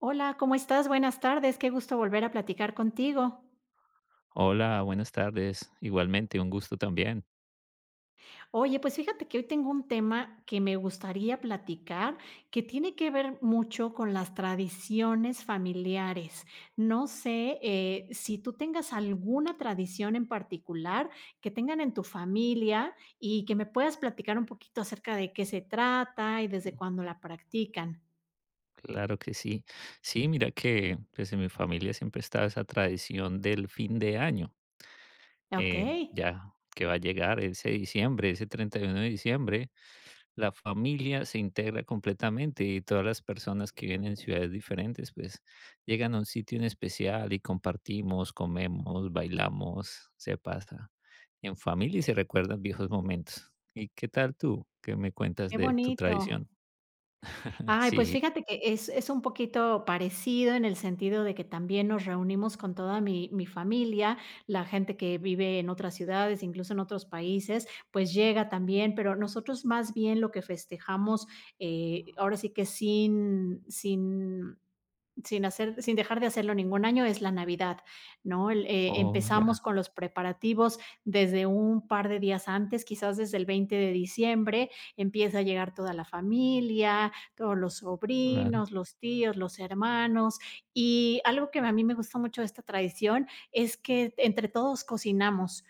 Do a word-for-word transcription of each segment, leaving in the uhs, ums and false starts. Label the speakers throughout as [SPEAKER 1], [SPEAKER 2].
[SPEAKER 1] Hola, ¿cómo estás? Buenas tardes, qué gusto volver a platicar contigo.
[SPEAKER 2] Hola, buenas tardes. Igualmente, un gusto también.
[SPEAKER 1] Oye, pues fíjate que hoy tengo un tema que me gustaría platicar, que tiene que ver mucho con las tradiciones familiares. No sé, eh, si tú tengas alguna tradición en particular que tengan en tu familia y que me puedas platicar un poquito acerca de qué se trata y desde cuándo la practican.
[SPEAKER 2] Claro que sí. Sí, mira que pues en mi familia siempre está esa tradición del fin de año. Eh,
[SPEAKER 1] Okey,
[SPEAKER 2] ya que va a llegar ese diciembre, ese treinta y uno de diciembre, la familia se integra completamente y todas las personas que vienen en ciudades diferentes, pues llegan a un sitio en especial y compartimos, comemos, bailamos, se pasa en familia y se recuerdan viejos momentos. ¿Y qué tal tú? ¿Qué me cuentas
[SPEAKER 1] qué
[SPEAKER 2] de tu
[SPEAKER 1] bonito.
[SPEAKER 2] tradición?
[SPEAKER 1] Ay, pues
[SPEAKER 2] Sí.
[SPEAKER 1] fíjate que es es un poquito parecido en el sentido de que también nos reunimos con toda mi mi familia, la gente que vive en otras ciudades, incluso en otros países, pues llega también, pero nosotros más bien lo que festejamos, eh, ahora sí que sin sin sin hacer sin dejar de hacerlo ningún año es la Navidad, ¿no? El, eh,
[SPEAKER 2] Oh,
[SPEAKER 1] empezamos
[SPEAKER 2] ya,
[SPEAKER 1] con los preparativos desde un par de días antes, quizás desde el veinte de diciembre, empieza a llegar toda la familia, todos los sobrinos,
[SPEAKER 2] claro.
[SPEAKER 1] los tíos, los hermanos. Y algo que a mí me gusta mucho de esta tradición es que entre todos cocinamos.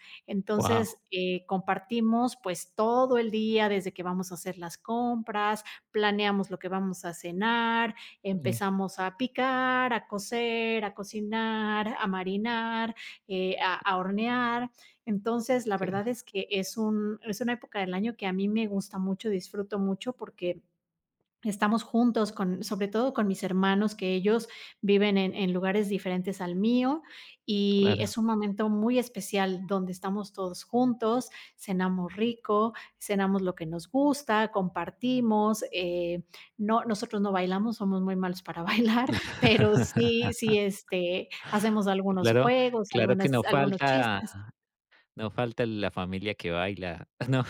[SPEAKER 2] Wow,
[SPEAKER 1] Entonces, eh, compartimos pues todo el día desde que vamos a hacer las compras, planeamos lo que vamos a cenar,
[SPEAKER 2] oye,
[SPEAKER 1] empezamos a picar, a cocer, a cocinar, a marinar, eh, a, a hornear. Entonces, la verdad es que es, un, es una época del año que a mí me gusta mucho, disfruto mucho porque estamos juntos con sobre todo con mis hermanos, que ellos viven en en lugares diferentes al mío, y
[SPEAKER 2] claro,
[SPEAKER 1] es un momento muy especial donde estamos todos juntos, cenamos rico, cenamos lo que nos gusta, compartimos, eh, no, nosotros no bailamos, somos muy malos para bailar, pero sí sí, este, hacemos algunos
[SPEAKER 2] claro,
[SPEAKER 1] juegos,
[SPEAKER 2] claro que no
[SPEAKER 1] algunas algunos
[SPEAKER 2] falta
[SPEAKER 1] chistes.
[SPEAKER 2] no falta la familia que baila, ¿no?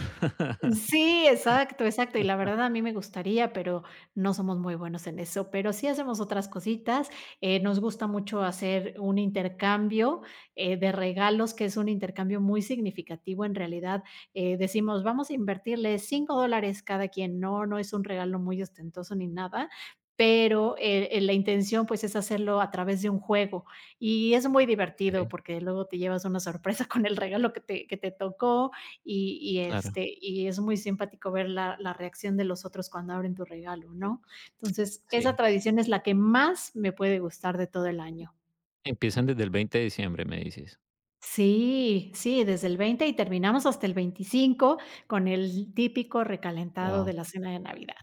[SPEAKER 1] Sí, exacto, exacto. Y la verdad a mí me gustaría, pero no somos muy buenos en eso. Pero sí hacemos otras cositas. Eh, nos gusta mucho hacer un intercambio, eh, de regalos, que es un intercambio muy significativo en realidad. Eh, decimos, vamos a invertirle cinco dólares cada quien. No, no es un regalo muy ostentoso ni nada. Pero, eh, eh, la intención, pues, es hacerlo a través de un juego. Y es muy divertido
[SPEAKER 2] Okey,
[SPEAKER 1] porque luego te llevas una sorpresa con el regalo que te que te tocó, y y,
[SPEAKER 2] claro,
[SPEAKER 1] este, y es muy simpático ver la la reacción de los otros cuando abren tu regalo, ¿no? Entonces, esa
[SPEAKER 2] sí.
[SPEAKER 1] tradición es la que más me puede gustar de todo el año.
[SPEAKER 2] Empiezan desde el veinte de diciembre, me dices.
[SPEAKER 1] Sí, sí, desde el veinte y terminamos hasta el veinticinco con el típico recalentado de
[SPEAKER 2] Guau,
[SPEAKER 1] la cena de Navidad.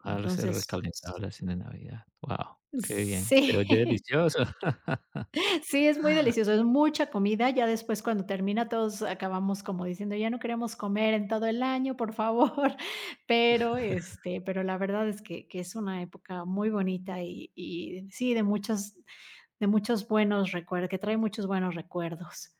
[SPEAKER 2] haberse
[SPEAKER 1] Entonces,
[SPEAKER 2] recalentado la cena de Navidad. Wow, qué bien, se
[SPEAKER 1] sí.
[SPEAKER 2] oye delicioso.
[SPEAKER 1] Sí, es muy delicioso, es mucha comida. Ya después, cuando termina, todos acabamos como diciendo: "Ya no queremos comer en todo el año, por favor". Pero, este, pero la verdad es que que es una época muy bonita y y sí, de muchos de muchos buenos recuerdos. Que trae muchos buenos recuerdos.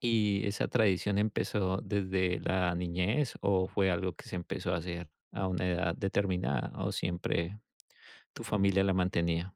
[SPEAKER 2] ¿Y esa tradición empezó desde la niñez o fue algo que se empezó a hacer a una edad determinada o siempre tu familia la mantenía?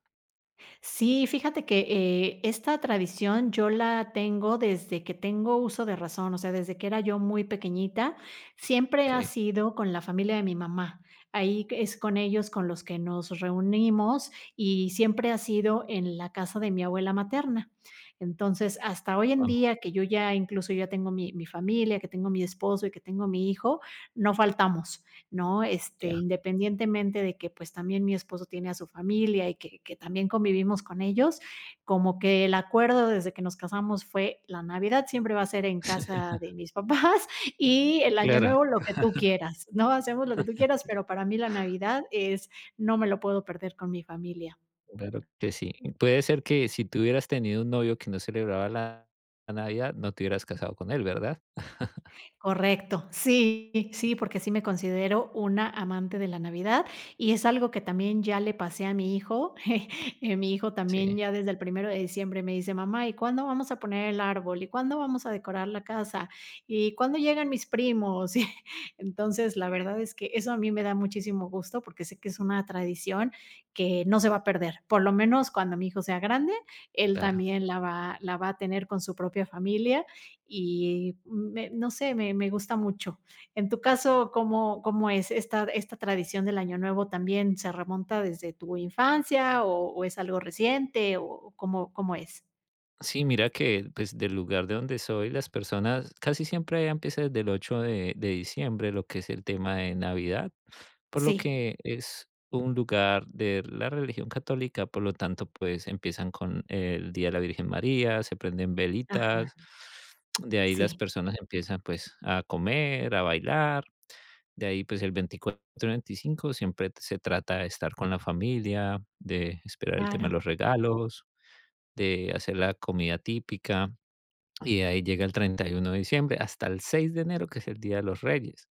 [SPEAKER 1] Sí, fíjate que, eh, esta tradición yo la tengo desde que tengo uso de razón, o sea, desde que era yo muy pequeñita, siempre ha
[SPEAKER 2] Okey,
[SPEAKER 1] sido con la familia de mi mamá. Ahí es con ellos con los que nos reunimos y siempre ha sido en la casa de mi abuela materna. Entonces, hasta hoy en
[SPEAKER 2] guau,
[SPEAKER 1] día que yo ya incluso ya tengo mi mi familia, que tengo mi esposo y que tengo mi hijo, no faltamos. ¿No? Este,
[SPEAKER 2] ya.
[SPEAKER 1] independientemente de que pues también mi esposo tiene a su familia y que, que también convivimos con ellos, como que el acuerdo desde que nos casamos fue la Navidad siempre va a ser en casa de mis papás y el Año
[SPEAKER 2] Claro.
[SPEAKER 1] Nuevo lo que tú quieras, ¿no? Hacemos lo que tú quieras, pero para mí la Navidad es no me lo puedo perder con mi familia.
[SPEAKER 2] Claro que sí. Puede ser que si tú hubieras tenido un novio que no celebraba la la Navidad, no te hubieras casado con él, ¿verdad?
[SPEAKER 1] Correcto. Sí,
[SPEAKER 2] Sí,
[SPEAKER 1] sí, porque sí me considero una amante de la Navidad, y es algo que también ya le pasé a mi hijo. Eh, mi hijo también
[SPEAKER 2] sí,
[SPEAKER 1] ya desde el primero de diciembre me dice: "Mamá, ¿y cuándo vamos a poner el árbol? ¿Y cuándo vamos a decorar la casa? ¿Y cuándo llegan mis primos?". Y entonces, la verdad es que eso a mí me da muchísimo gusto, porque sé que es una tradición que no se va a perder. Por lo menos cuando mi hijo sea grande, él
[SPEAKER 2] claro.
[SPEAKER 1] también la va la va a tener con su propia familia, y me- no sé, me, me gusta mucho. En tu caso, ¿cómo, cómo es esta, esta tradición del Año Nuevo? ¿También se remonta desde tu infancia o, o es algo reciente o cómo, cómo es?
[SPEAKER 2] Sí, mira que, pues, del lugar de donde soy, las personas casi siempre allá empieza desde el ocho de de diciembre, lo que es el tema de Navidad, por lo
[SPEAKER 1] Sí,
[SPEAKER 2] que es un lugar de la religión católica, por lo tanto, pues, empiezan con el Día de la Virgen María, se prenden
[SPEAKER 1] ajá,
[SPEAKER 2] velitas, de ahí las
[SPEAKER 1] sí,
[SPEAKER 2] personas empiezan, pues, a comer, a bailar. De ahí, pues el veinticuatro y veinticinco siempre t- se trata de estar con la familia, de esperar el tema de
[SPEAKER 1] claro,
[SPEAKER 2] los regalos, de hacer la comida típica. Y de ahí llega el treinta y uno de diciembre hasta el seis de enero, que es el Día de los Reyes.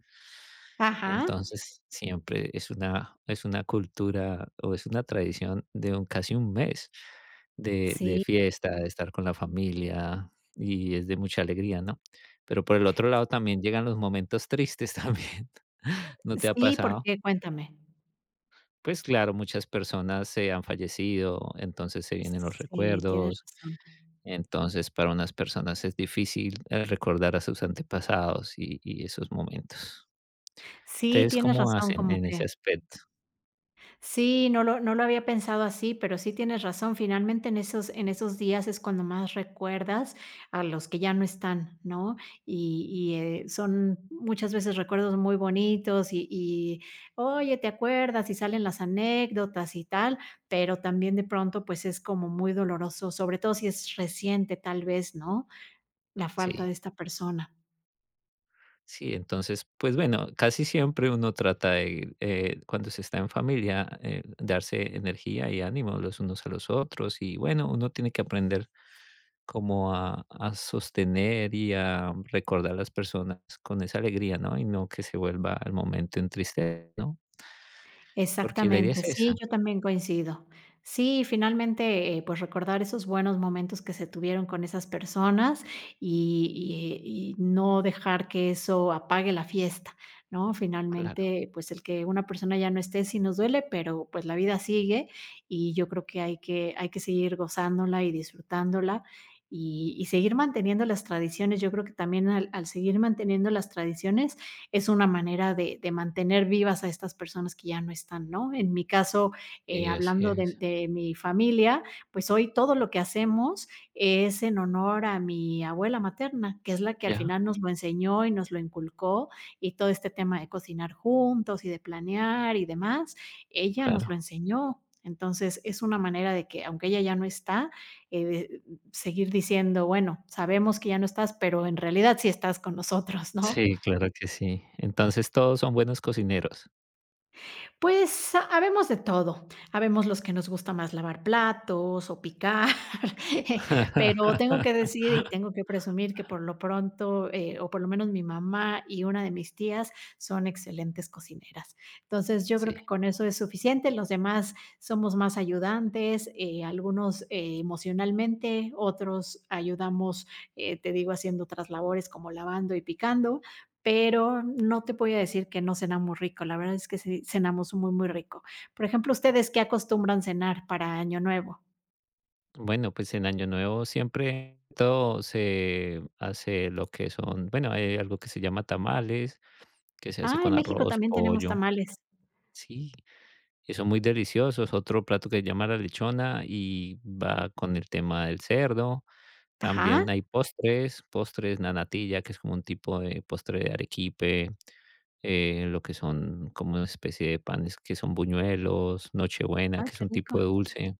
[SPEAKER 1] ajá,
[SPEAKER 2] Entonces, siempre es una, es una cultura o es una tradición de un, casi un mes de, de
[SPEAKER 1] sí,
[SPEAKER 2] fiesta, de estar con la familia y es de mucha alegría, ¿no? Pero por el otro lado también llegan los momentos tristes también. ¿No te ha
[SPEAKER 1] sí,
[SPEAKER 2] pasado?
[SPEAKER 1] porque cuéntame.
[SPEAKER 2] Pues claro, muchas personas se han fallecido, entonces se vienen los
[SPEAKER 1] Sí, tienes
[SPEAKER 2] recuerdos,
[SPEAKER 1] razón.
[SPEAKER 2] entonces, para unas personas es difícil, eh, recordar a sus antepasados y y esos momentos.
[SPEAKER 1] Sí,
[SPEAKER 2] ¿Ustedes
[SPEAKER 1] tienes
[SPEAKER 2] cómo
[SPEAKER 1] razón,
[SPEAKER 2] hacen
[SPEAKER 1] como
[SPEAKER 2] en
[SPEAKER 1] que
[SPEAKER 2] ese aspecto?
[SPEAKER 1] sí, no lo no lo había pensado así, pero sí tienes razón. Finalmente, en esos en esos días es cuando más recuerdas a los que ya no están, ¿no? Y y, eh, son muchas veces recuerdos muy bonitos y y, oye, ¿te acuerdas? Y salen las anécdotas y tal, pero también de pronto, pues, es como muy doloroso, sobre todo si es reciente, tal vez, ¿no? La falta
[SPEAKER 2] Sí,
[SPEAKER 1] de esta persona.
[SPEAKER 2] sí, entonces, pues bueno, casi siempre uno trata de, eh, cuando se está en familia, eh, darse energía y ánimo los unos a los otros y bueno, uno tiene que aprender como a a sostener y a recordar a las personas con esa alegría, ¿no? Y no que se vuelva al momento en tristeza, ¿no? Porque la idea
[SPEAKER 1] Exactamente,
[SPEAKER 2] es esa,
[SPEAKER 1] sí, yo también coincido. Sí, finalmente, eh, pues recordar esos buenos momentos que se tuvieron con esas personas y y y no dejar que eso apague la fiesta, ¿no?
[SPEAKER 2] claro.
[SPEAKER 1] Finalmente, pues el que una persona ya no esté sí nos duele, pero pues la vida sigue y yo creo que hay que hay que seguir gozándola y disfrutándola y y seguir manteniendo las tradiciones. Yo creo que también al al seguir manteniendo las tradiciones es una manera de, de mantener vivas a estas personas que ya no están, ¿no? En mi caso, eh,
[SPEAKER 2] Y así
[SPEAKER 1] hablando de,
[SPEAKER 2] es.
[SPEAKER 1] de mi familia, pues hoy todo lo que hacemos es en honor a mi abuela materna, que es la que al
[SPEAKER 2] Ya,
[SPEAKER 1] final nos lo enseñó y nos lo inculcó y todo este tema de cocinar juntos y de planear y demás, ella nos lo
[SPEAKER 2] claro.
[SPEAKER 1] enseñó. Entonces es una manera de que, aunque ella ya no está, eh, de seguir diciendo, bueno, sabemos que ya no estás, pero en realidad sí estás con nosotros, ¿no?
[SPEAKER 2] Sí, claro que sí. Entonces todos son buenos cocineros.
[SPEAKER 1] Pues, ha- habemos de todo. Habemos los que nos gusta más lavar platos o picar, pero tengo que decir y tengo que presumir que por lo pronto, eh, o por lo menos mi mamá y una de mis tías son excelentes cocineras. Entonces, yo creo
[SPEAKER 2] Sí.
[SPEAKER 1] que con eso es suficiente. Los demás somos más ayudantes, eh, algunos, eh, emocionalmente, otros ayudamos, eh, te digo, haciendo otras labores como lavando y picando, pero no te voy a decir que no cenamos rico, la verdad es que sí cenamos muy, muy rico. Por ejemplo, ¿ustedes qué acostumbran cenar para Año Nuevo?
[SPEAKER 2] Bueno, pues en Año Nuevo siempre todo se hace lo que son, bueno, hay algo que se llama tamales, que se hace
[SPEAKER 1] Ah,
[SPEAKER 2] con
[SPEAKER 1] en México
[SPEAKER 2] arroz,
[SPEAKER 1] también tenemos
[SPEAKER 2] pollo.
[SPEAKER 1] tamales.
[SPEAKER 2] Sí, y son muy deliciosos. Otro plato que se llama la lechona y va con el tema del cerdo.
[SPEAKER 1] Ajá,
[SPEAKER 2] También hay postres, postres, la natilla, que es como un tipo de postre de arequipe. Eh, lo que son como una especie de panes que son buñuelos, nochebuena,
[SPEAKER 1] ah,
[SPEAKER 2] que es
[SPEAKER 1] qué
[SPEAKER 2] un
[SPEAKER 1] rico.
[SPEAKER 2] tipo de dulce.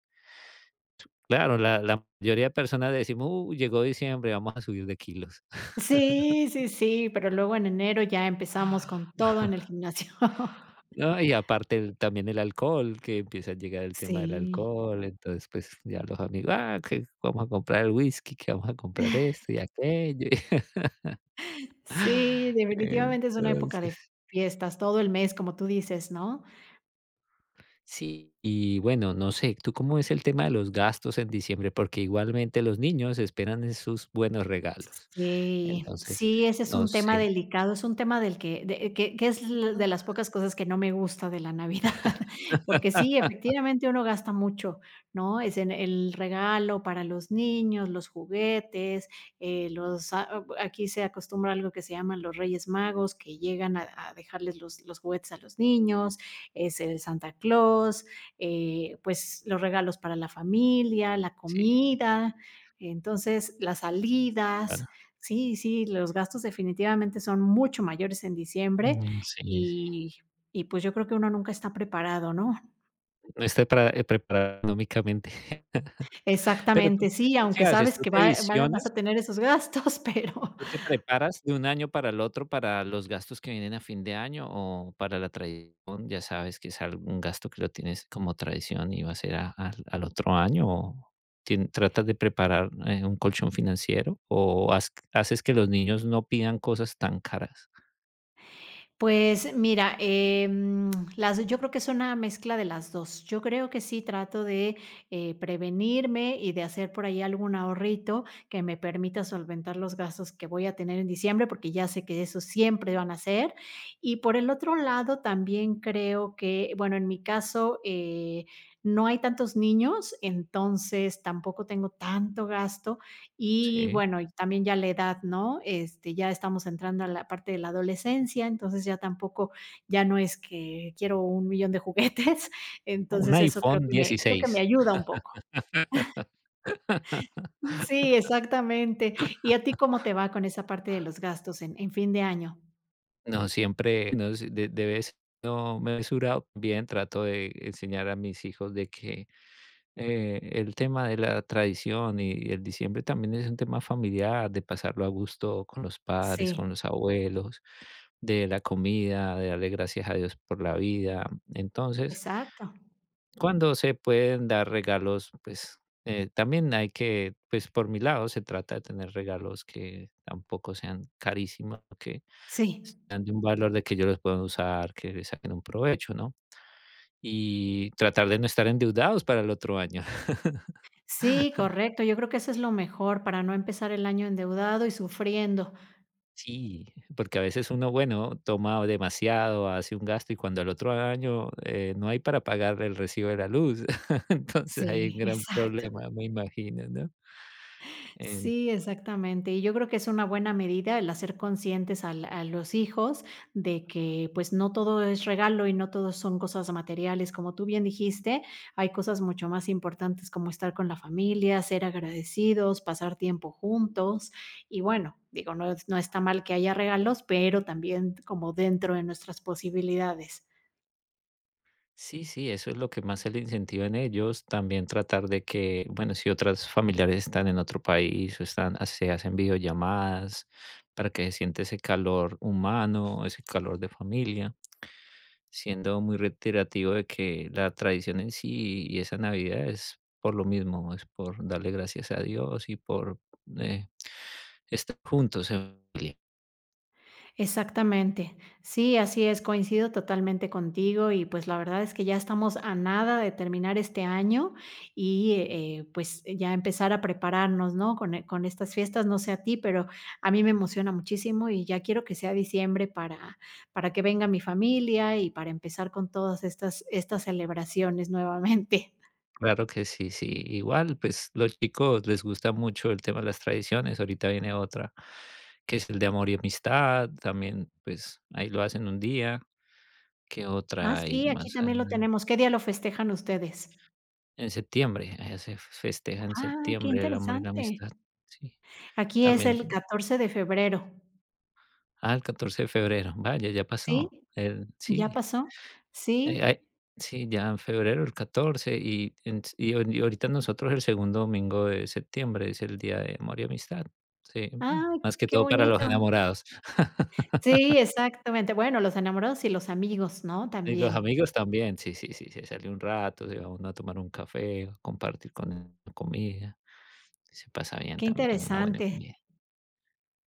[SPEAKER 2] Claro, la, la mayoría de personas decimos, "Uh, llegó diciembre, vamos a subir de kilos.
[SPEAKER 1] Sí, sí, sí, pero luego en enero ya empezamos con todo en el gimnasio.
[SPEAKER 2] No, y aparte el- también el alcohol, que empieza a llegar el tema del
[SPEAKER 1] Sí.
[SPEAKER 2] alcohol, entonces pues ya los amigos, ah, que vamos a comprar el whisky, que vamos a comprar esto y aquello.
[SPEAKER 1] Sí, definitivamente es una época
[SPEAKER 2] Entonces,
[SPEAKER 1] de fiestas, todo el mes, como tú dices, ¿no?
[SPEAKER 2] sí, y bueno, no sé, ¿tú cómo es el tema de los gastos en diciembre? Porque igualmente los niños esperan es sus buenos regalos.
[SPEAKER 1] Sí,
[SPEAKER 2] Entonces,
[SPEAKER 1] sí, ese es
[SPEAKER 2] no
[SPEAKER 1] un tema
[SPEAKER 2] sé,
[SPEAKER 1] delicado, es un tema del que de que que es l de las pocas cosas que no me gusta de la Navidad, porque sí, efectivamente uno gasta mucho, ¿no? Es en el regalo para los niños, los juguetes, eh, los a aquí se acostumbra algo que se llaman los Reyes Magos, que llegan a a dejarles los los juguetes a los niños, es el Santa Claus, eh, pues, los regalos para la familia, la
[SPEAKER 2] sí,
[SPEAKER 1] comida, entonces, las salidas.
[SPEAKER 2] claro.
[SPEAKER 1] Sí, sí, los gastos definitivamente son mucho mayores en diciembre
[SPEAKER 2] Mm, sí, sí.
[SPEAKER 1] y y pues yo creo que uno nunca está preparado, ¿no?
[SPEAKER 2] No estoy pra- eh, preparado económicamente. Pero
[SPEAKER 1] Exactamente,
[SPEAKER 2] tú,
[SPEAKER 1] sí,
[SPEAKER 2] ¿tú
[SPEAKER 1] aunque
[SPEAKER 2] qué haces?
[SPEAKER 1] sabes
[SPEAKER 2] ¿Tú
[SPEAKER 1] que
[SPEAKER 2] te
[SPEAKER 1] va va vas
[SPEAKER 2] visionas?
[SPEAKER 1] a tener esos gastos, pero
[SPEAKER 2] ¿Tú te preparas de un año para el otro para los gastos que vienen a fin de año o para la tradición? Ya sabes que es algún gasto que lo tienes como tradición y va a ser a- al al otro año. ¿O tien- tratas de preparar eh, un colchón financiero o haz- haces que los niños no pidan cosas tan caras?
[SPEAKER 1] pues mira, em, las yo creo que es una mezcla de las dos. Yo creo que sí trato de, eh, prevenirme y de hacer por ahí algún ahorrito que me permita solventar los gastos que voy a tener en diciembre, porque ya sé que esos siempre van a ser. Y por el otro lado, también creo que, bueno, en mi caso, eh, no hay tantos niños, entonces tampoco tengo tanto gasto, y
[SPEAKER 2] Sí.
[SPEAKER 1] bueno, y también ya la edad, ¿no? Este, ya estamos entrando a la parte de la adolescencia, entonces ya tampoco, ya no es que quiero un millón de juguetes,
[SPEAKER 2] Un
[SPEAKER 1] entonces eso creo
[SPEAKER 2] iPhone
[SPEAKER 1] que me creo que me
[SPEAKER 2] dieciséis.
[SPEAKER 1] ayuda un poco. Sí, exactamente. ¿Y a ti cómo te va con esa parte de los gastos en en fin de año?
[SPEAKER 2] No, siempre no sé, de de vez no mesurado, bien trato de enseñar a mis hijos de que, eh, el tema de la tradición y y el diciembre también es un tema familiar, de pasarlo a gusto con los padres,
[SPEAKER 1] Sí,
[SPEAKER 2] con los abuelos, de la comida, de darle gracias a Dios por la vida. Entonces,
[SPEAKER 1] exacto.
[SPEAKER 2] cuando se pueden dar regalos, pues, eh, también hay que, pues, por mi lado se trata de tener regalos que tampoco sean carísimos, que
[SPEAKER 1] Sí.
[SPEAKER 2] sean de un valor de que yo los puedan usar, que les saquen un provecho, ¿no? Y tratar de no estar endeudados para el otro año.
[SPEAKER 1] Sí, correcto. Yo creo que eso es lo mejor para no empezar el año endeudado y sufriendo.
[SPEAKER 2] Sí, porque a veces uno, bueno, toma demasiado, hace un gasto y cuando el otro año eh, no hay para pagar el recibo de la luz. Entonces hay un
[SPEAKER 1] Sí,
[SPEAKER 2] gran
[SPEAKER 1] exacto.
[SPEAKER 2] problema, me imagino, ¿no? En
[SPEAKER 1] Sí, exactamente. Y yo creo que es una buena medida el hacer conscientes al- a, los hijos de que pues no todo es regalo y no todo son cosas materiales. Como tú bien dijiste, hay cosas mucho más importantes como estar con la familia, ser agradecidos, pasar tiempo juntos. Y bueno, digo, no, es- no está mal que haya regalos, pero también como dentro de nuestras posibilidades.
[SPEAKER 2] Sí, sí, eso es lo que más se le incentiva en ellos. También tratar de que, bueno, si otras familiares están en otro país o están, ha- se hacen videollamadas para que se siente ese calor humano, ese calor de familia, siendo muy reiterativo de que la tradición en sí y esa Navidad es por lo mismo, es por darle gracias a Dios y por eh, estar juntos en familia.
[SPEAKER 1] Exactamente. Sí, así es, coincido totalmente contigo y pues la verdad es que ya estamos a nada de terminar este año y eh, eh, pues ya empezar a prepararnos, ¿no? Con, e- con estas fiestas, no sé a ti, pero a mí me emociona muchísimo y ya quiero que sea diciembre para, para que venga mi familia y para empezar con todas estas, estas celebraciones nuevamente.
[SPEAKER 2] Claro que sí, sí. Igual, pues los chicos les gusta mucho el tema de las tradiciones. Ahorita viene otra, que es el de amor y amistad. También, pues ahí lo hacen un día. ¿Qué
[SPEAKER 1] Ah,
[SPEAKER 2] otra hay
[SPEAKER 1] sí, aquí
[SPEAKER 2] más
[SPEAKER 1] también lo
[SPEAKER 2] adelante?
[SPEAKER 1] tenemos. ¿Qué día lo festejan ustedes?
[SPEAKER 2] En septiembre, allá se festeja en
[SPEAKER 1] Ah, qué
[SPEAKER 2] septiembre el amor y la
[SPEAKER 1] interesante.
[SPEAKER 2] amistad. Sí,
[SPEAKER 1] Aquí es
[SPEAKER 2] también.
[SPEAKER 1] el catorce de febrero,
[SPEAKER 2] Ah, el catorce de febrero. Vaya, ya
[SPEAKER 1] ¿sí?
[SPEAKER 2] pasó. El,
[SPEAKER 1] ¿Ya
[SPEAKER 2] sí.
[SPEAKER 1] pasó?
[SPEAKER 2] Eh,
[SPEAKER 1] Sí.
[SPEAKER 2] ay sí, ya en febrero, el catorce y ens y ahori ahorita nosotros el segundo domingo de septiembre es el Día de Amor y Amistad. Sí, bueno,
[SPEAKER 1] Ah,
[SPEAKER 2] más que
[SPEAKER 1] qué
[SPEAKER 2] todo para los
[SPEAKER 1] bonito.
[SPEAKER 2] enamorados.
[SPEAKER 1] Sí, exactamente. Bueno, los enamorados y los amigos, ¿no?
[SPEAKER 2] Y los
[SPEAKER 1] También.
[SPEAKER 2] amigos también, sí, sí, sí, se sale un rato, se va uno a tomar un café, a compartir con la comida. Se pasa bien
[SPEAKER 1] Qué
[SPEAKER 2] también, una buena
[SPEAKER 1] interesante.
[SPEAKER 2] comida.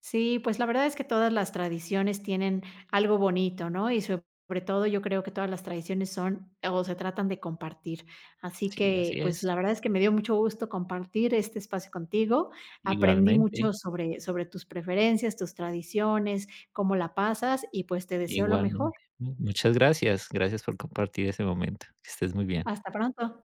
[SPEAKER 1] Sí, pues la verdad es que todas las tradiciones tienen algo bonito, ¿no? Y sobre todo yo creo que todas las tradiciones son o se tratan de compartir. Así
[SPEAKER 2] Sí,
[SPEAKER 1] que,
[SPEAKER 2] así
[SPEAKER 1] pues
[SPEAKER 2] es.
[SPEAKER 1] la verdad es que me dio mucho gusto compartir este espacio contigo. Aprendí
[SPEAKER 2] Igualmente,
[SPEAKER 1] mucho sobre, sobre tus preferencias, tus tradiciones, cómo la pasas y pues te deseo lo mejor.
[SPEAKER 2] igualmente. Mu muchas gracias. Gracias por compartir ese momento. Que estés muy bien.
[SPEAKER 1] Hasta pronto.